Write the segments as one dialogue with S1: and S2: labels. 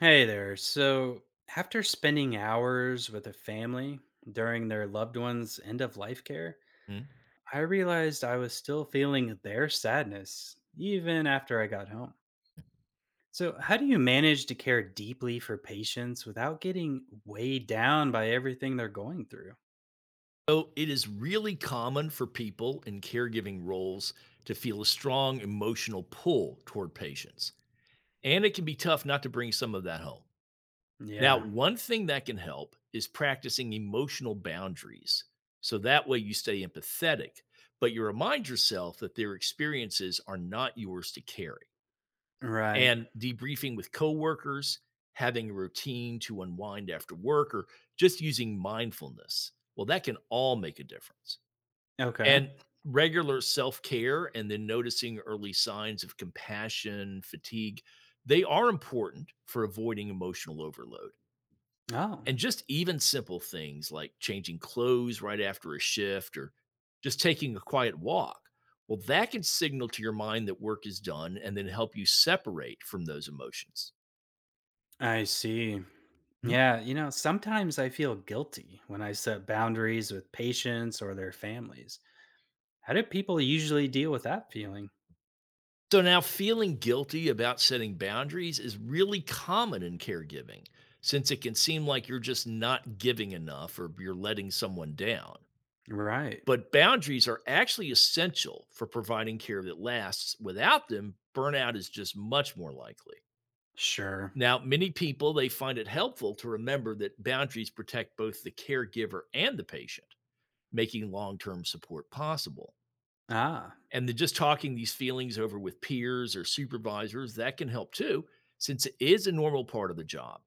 S1: Hey there. So, after spending hours with a family during their loved one's end of life care,
S2: Mhm.
S1: I realized I was still feeling their sadness even after I got home. So, how do you manage to care deeply for patients without getting weighed down by everything they're going through?
S2: So it is really common for people in caregiving roles to feel a strong emotional pull toward patients. And it can be tough not to bring some of that home. Now,
S1: Yeah,
S2: one thing that can help is practicing emotional boundaries. So that way you stay empathetic, but you remind yourself that their experiences are not yours to carry.
S1: right.
S2: And debriefing with coworkers, having a routine to unwind after work, or just using mindfulness, well, that can all make a difference.
S1: Okay.
S2: And regular self-care and then noticing early signs of compassion, fatigue, they are important for avoiding emotional overload.
S1: Oh,
S2: And just even simple things like changing clothes right after a shift or just taking a quiet walk, well, that can signal to your mind that work is done and then help you separate from those emotions.
S1: I see. Yeah, sometimes I feel guilty when I set boundaries with patients or their families. How do people usually deal with that feeling?
S2: So now feeling guilty about setting boundaries is really common in caregiving since it can seem like you're just not giving enough or you're letting someone down.
S1: Right.
S2: But boundaries are actually essential for providing care that lasts. Without them, burnout is just much more likely.
S1: Sure.
S2: Now, many people they find it helpful to remember that boundaries protect both the caregiver and the patient, making long-term support possible,
S1: Ah,
S2: and then just talking these feelings over with peers or supervisors that can help too, since it is a normal part of the job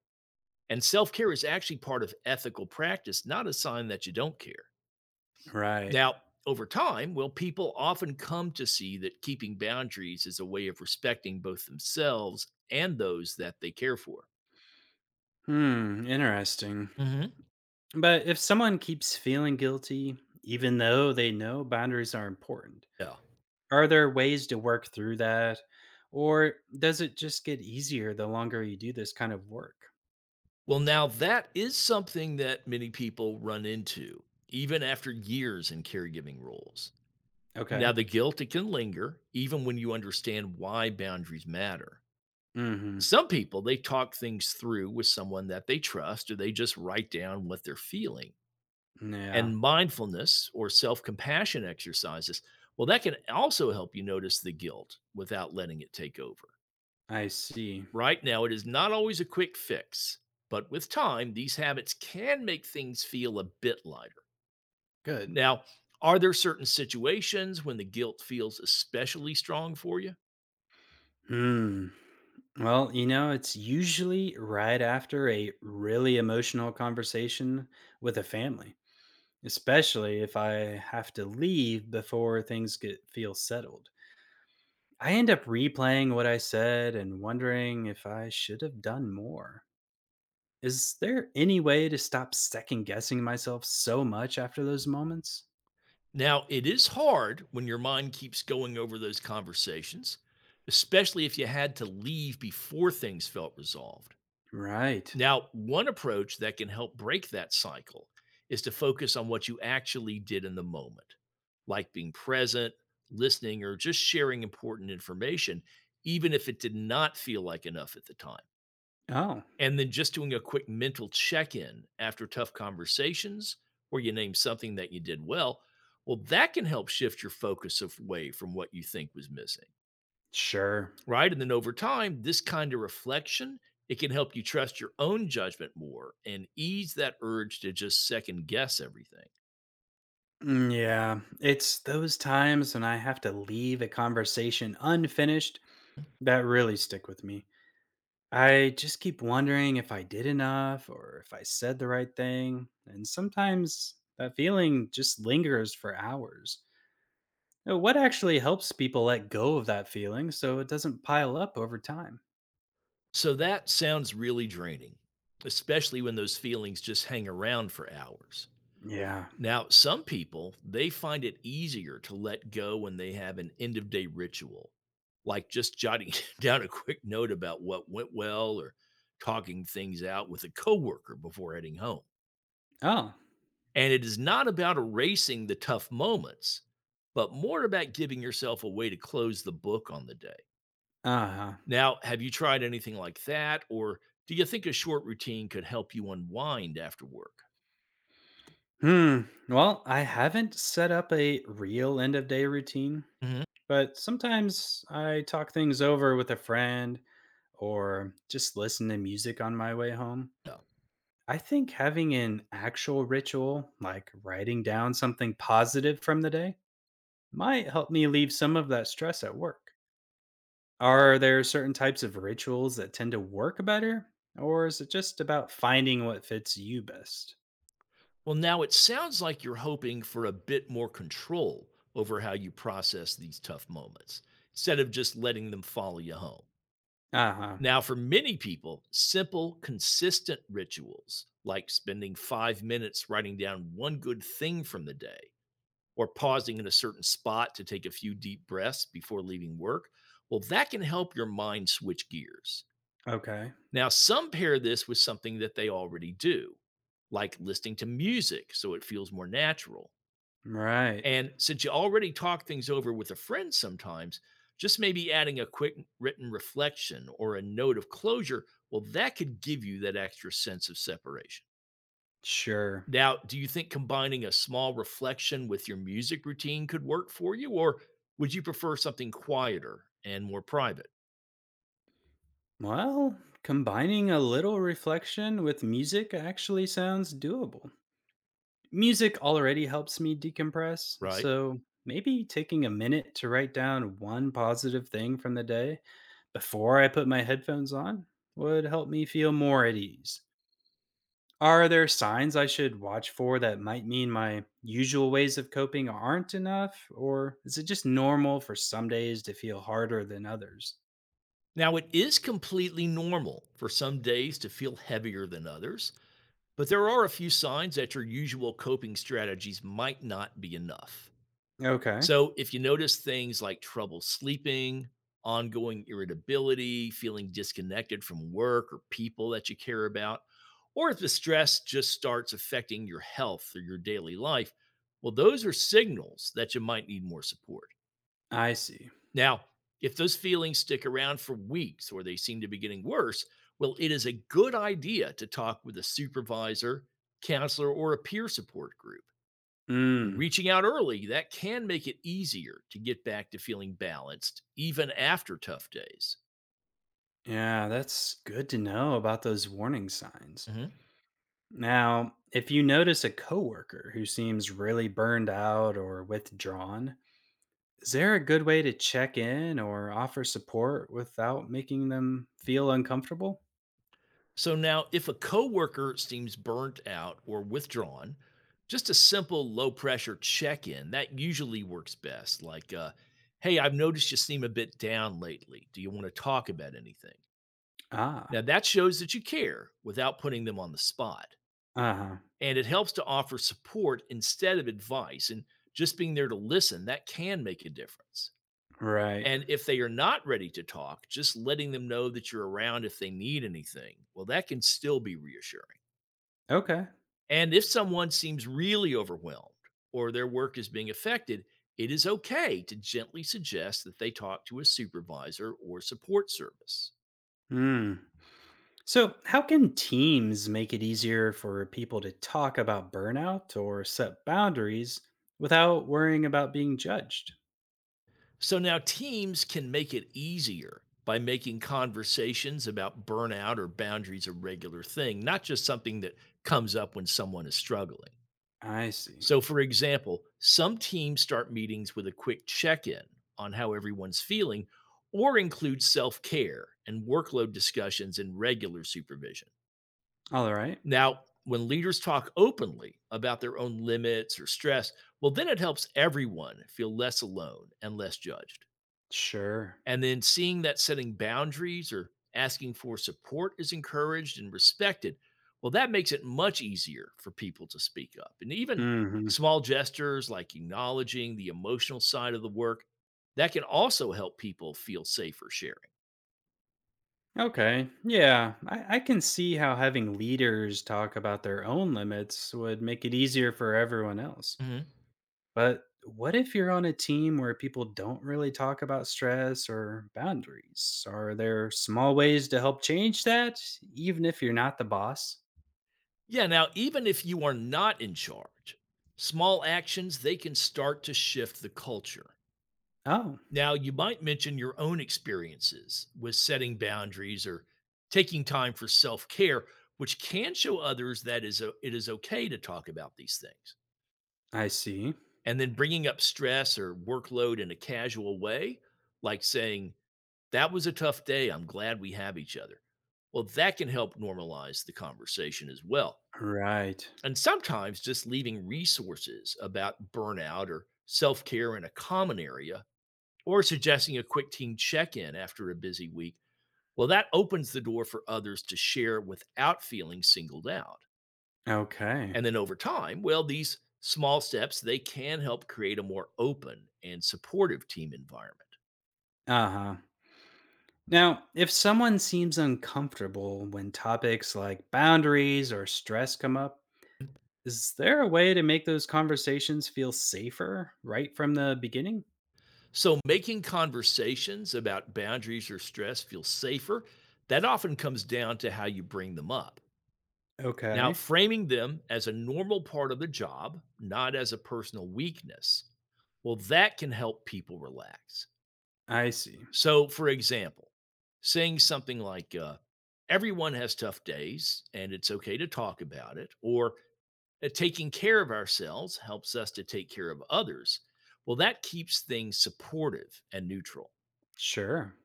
S2: and self-care is actually part of ethical practice, not a sign that you don't care.
S1: right.
S2: Now, over time, well, people often come to see that keeping boundaries is a way of respecting both themselves and those that they care for.
S1: Hmm, interesting.
S2: hmm
S1: But if someone keeps feeling guilty, even though they know boundaries are important,
S2: yeah.
S1: are there ways to work through that? Or does it just get easier the longer you do this kind of work?
S2: Well, now that is something that many people run into, even after years in caregiving roles. Now,
S1: Okay.
S2: the guilt, it can linger even when you understand why boundaries matter.
S1: Mm-hmm.
S2: Some people, they talk things through with someone that they trust or they just write down what they're feeling.
S1: Yeah,
S2: And mindfulness or self compassion exercises, well, that can also help you notice the guilt without letting it take over.
S1: I see.
S2: Right now, it is not always a quick fix, but with time, these habits can make things feel a bit lighter.
S1: Good.
S2: Now, are there certain situations when the guilt feels especially strong for you?
S1: Hmm. Well, it's usually right after a really emotional conversation with a family, especially if I have to leave before things get feel settled. I end up replaying what I said and wondering if I should have done more. Is there any way to stop second guessing myself so much after those moments?
S2: Now, it is hard when your mind keeps going over those conversations, especially if you had to leave before things felt resolved.
S1: Right.
S2: Now, one approach that can help break that cycle is to focus on what you actually did in the moment, like being present, listening, or just sharing important information, even if it did not feel like enough at the time.
S1: Oh,
S2: And then just doing a quick mental check in after tough conversations where you name something that you did well, well, that can help shift your focus away from what you think was missing.
S1: sure.
S2: Right. And then over time, this kind of reflection, it can help you trust your own judgment more and ease that urge to just second guess everything.
S1: Mm, yeah, it's those times when I have to leave a conversation unfinished that really stick with me. I just keep wondering if I did enough or if I said the right thing, and sometimes that feeling just lingers for hours. Now, what actually helps people let go of that feeling so it doesn't pile up over time?
S2: So that sounds really draining, especially when those feelings just hang around for hours.
S1: Yeah.
S2: Now, some people, they find it easier to let go when they have an end of day ritual, like just jotting down a quick note about what went well or talking things out with a coworker before heading home.
S1: Oh.
S2: And it is not about erasing the tough moments, but more about giving yourself a way to close the book on the day.
S1: Uh-huh.
S2: Now, have you tried anything like that, or do you think a short routine could help you unwind after work?
S1: Hmm. Well, I haven't set up a real end of day routine,
S2: Mhm.
S1: but sometimes I talk things over with a friend or just listen to music on my way home. I think having an actual ritual, like writing down something positive from the day, might help me leave some of that stress at work. Are there certain types of rituals that tend to work better, or is it just about finding what fits you best?
S2: Well, now it sounds like you're hoping for a bit more control over how you process these tough moments instead of just letting them follow you home.
S1: Uh huh.
S2: Now, for many people, simple, consistent rituals like spending 5 minutes writing down one good thing from the day or pausing in a certain spot to take a few deep breaths before leaving work, well, that can help your mind switch gears.
S1: Okay.
S2: Now, some pair this with something that they already do, like listening to music so it feels more natural,
S1: Right.
S2: and since you already talk things over with a friend sometimes, just maybe adding a quick written reflection or a note of closure, well, that could give you that extra sense of separation.
S1: Sure.
S2: Now, do you think combining a small reflection with your music routine could work for you, or would you prefer something quieter and more private?
S1: Well, combining a little reflection with music actually sounds doable. Music already helps me decompress,
S2: Right.
S1: so maybe taking a minute to write down one positive thing from the day before I put my headphones on would help me feel more at ease. Are there signs I should watch for that might mean my usual ways of coping aren't enough, or is it just normal for some days to feel harder than others?
S2: Now, it is completely normal for some days to feel heavier than others, but there are a few signs that your usual coping strategies might not be enough.
S1: Okay,
S2: So, if you notice things like trouble sleeping, ongoing irritability, feeling disconnected from work or people that you care about, or if the stress just starts affecting your health or your daily life, well, those are signals that you might need more support.
S1: I see.
S2: Now, if those feelings stick around for weeks or they seem to be getting worse, well, it is a good idea to talk with a supervisor, counselor, or a peer support group. And
S1: Mm,
S2: reaching out early, that can make it easier to get back to feeling balanced, even after tough days.
S1: yeah, that's good to know about those warning signs.
S2: hmm
S1: Now, if you notice a coworker who seems really burned out or withdrawn, is there a good way to check in or offer support without making them feel uncomfortable?
S2: So now, if a coworker seems burnt out or withdrawn, just a simple low pressure check in that usually works best. Like, hey, I've noticed you seem a bit down lately. Do you want to talk about anything?
S1: Ah,
S2: Now, that shows that you care without putting them on the spot.
S1: uh huh.
S2: And it helps to offer support instead of advice. And just being there to listen, that can make a difference.
S1: Right.
S2: And if they are not ready to talk, just letting them know that you're around if they need anything, well, that can still be reassuring.
S1: Okay.
S2: And if someone seems really overwhelmed or their work is being affected, it is okay to gently suggest that they talk to a supervisor or support service.
S1: Hmm. So, how can teams make it easier for people to talk about burnout or set boundaries without worrying about being judged?
S2: So now teams can make it easier by making conversations about burnout or boundaries a regular thing, not just something that comes up when someone is struggling.
S1: I see.
S2: So, for example, some teams start meetings with a quick check in on how everyone's feeling or include self care and workload discussions in regular supervision.
S1: All right.
S2: Now, when leaders talk openly about their own limits or stress, well, then it helps everyone feel less alone and less judged.
S1: Sure.
S2: And then seeing that setting boundaries or asking for support is encouraged and respected, well, that makes it much easier for people to speak up. And even
S1: Mm-hmm.
S2: small gestures like acknowledging the emotional side of the work, that can also help people feel safer sharing.
S1: Okay. Yeah. I can see how having leaders talk about their own limits would make it easier for everyone else.
S2: hmm
S1: But what if you're on a team where people don't really talk about stress or boundaries? Are there small ways to help change that, even if you're not the boss?
S2: Yeah, now even if you are not in charge, small actions they can start to shift the culture.
S1: Oh,
S2: Now, you might mention your own experiences with setting boundaries or taking time for self care, which can show others that it is okay to talk about these things.
S1: I see.
S2: And then bringing up stress or workload in a casual way, like saying, that was a tough day. I'm glad we have each other. Well, that can help normalize the conversation as well.
S1: Right.
S2: And sometimes just leaving resources about burnout or self care in a common area or suggesting a quick team check in after a busy week, well, that opens the door for others to share without feeling singled out.
S1: Okay.
S2: And then over time, well, these small steps, they can help create a more open and supportive team environment.
S1: Uh huh. Now, if someone seems uncomfortable when topics like boundaries or stress come up, is there a way to make those conversations feel safer right from the beginning?
S2: So making conversations about boundaries or stress feel safer, that often comes down to how you bring them up. Now,
S1: Okay.
S2: framing them as a normal part of the job, not as a personal weakness, well, that can help people relax.
S1: I see.
S2: So, for example, saying something like, everyone has tough days and it's okay to talk about it, or that taking care of ourselves helps us to take care of others. Well, that keeps things supportive and neutral.
S1: Sure.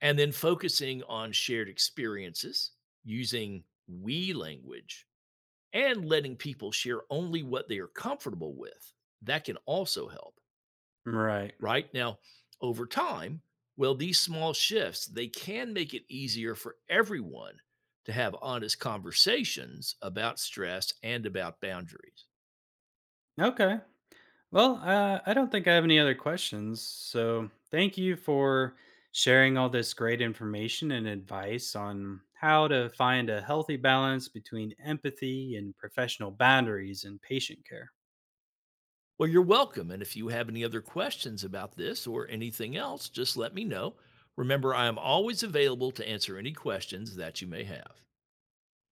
S2: And then focusing on shared experiences, using we language, and letting people share only what they are comfortable with, that can also help.
S1: Right.
S2: Right? Now, over time, well, these small shifts, they can make it easier for everyone to have honest conversations about stress and about boundaries.
S1: Okay. Well, I don't think I have any other questions. So thank you for sharing all this great information and advice on how to find a healthy balance between empathy and professional boundaries in patient care.
S2: Well, you're welcome. And if you have any other questions about this or anything else, just let me know. Remember, I am always available to answer any questions that you may have.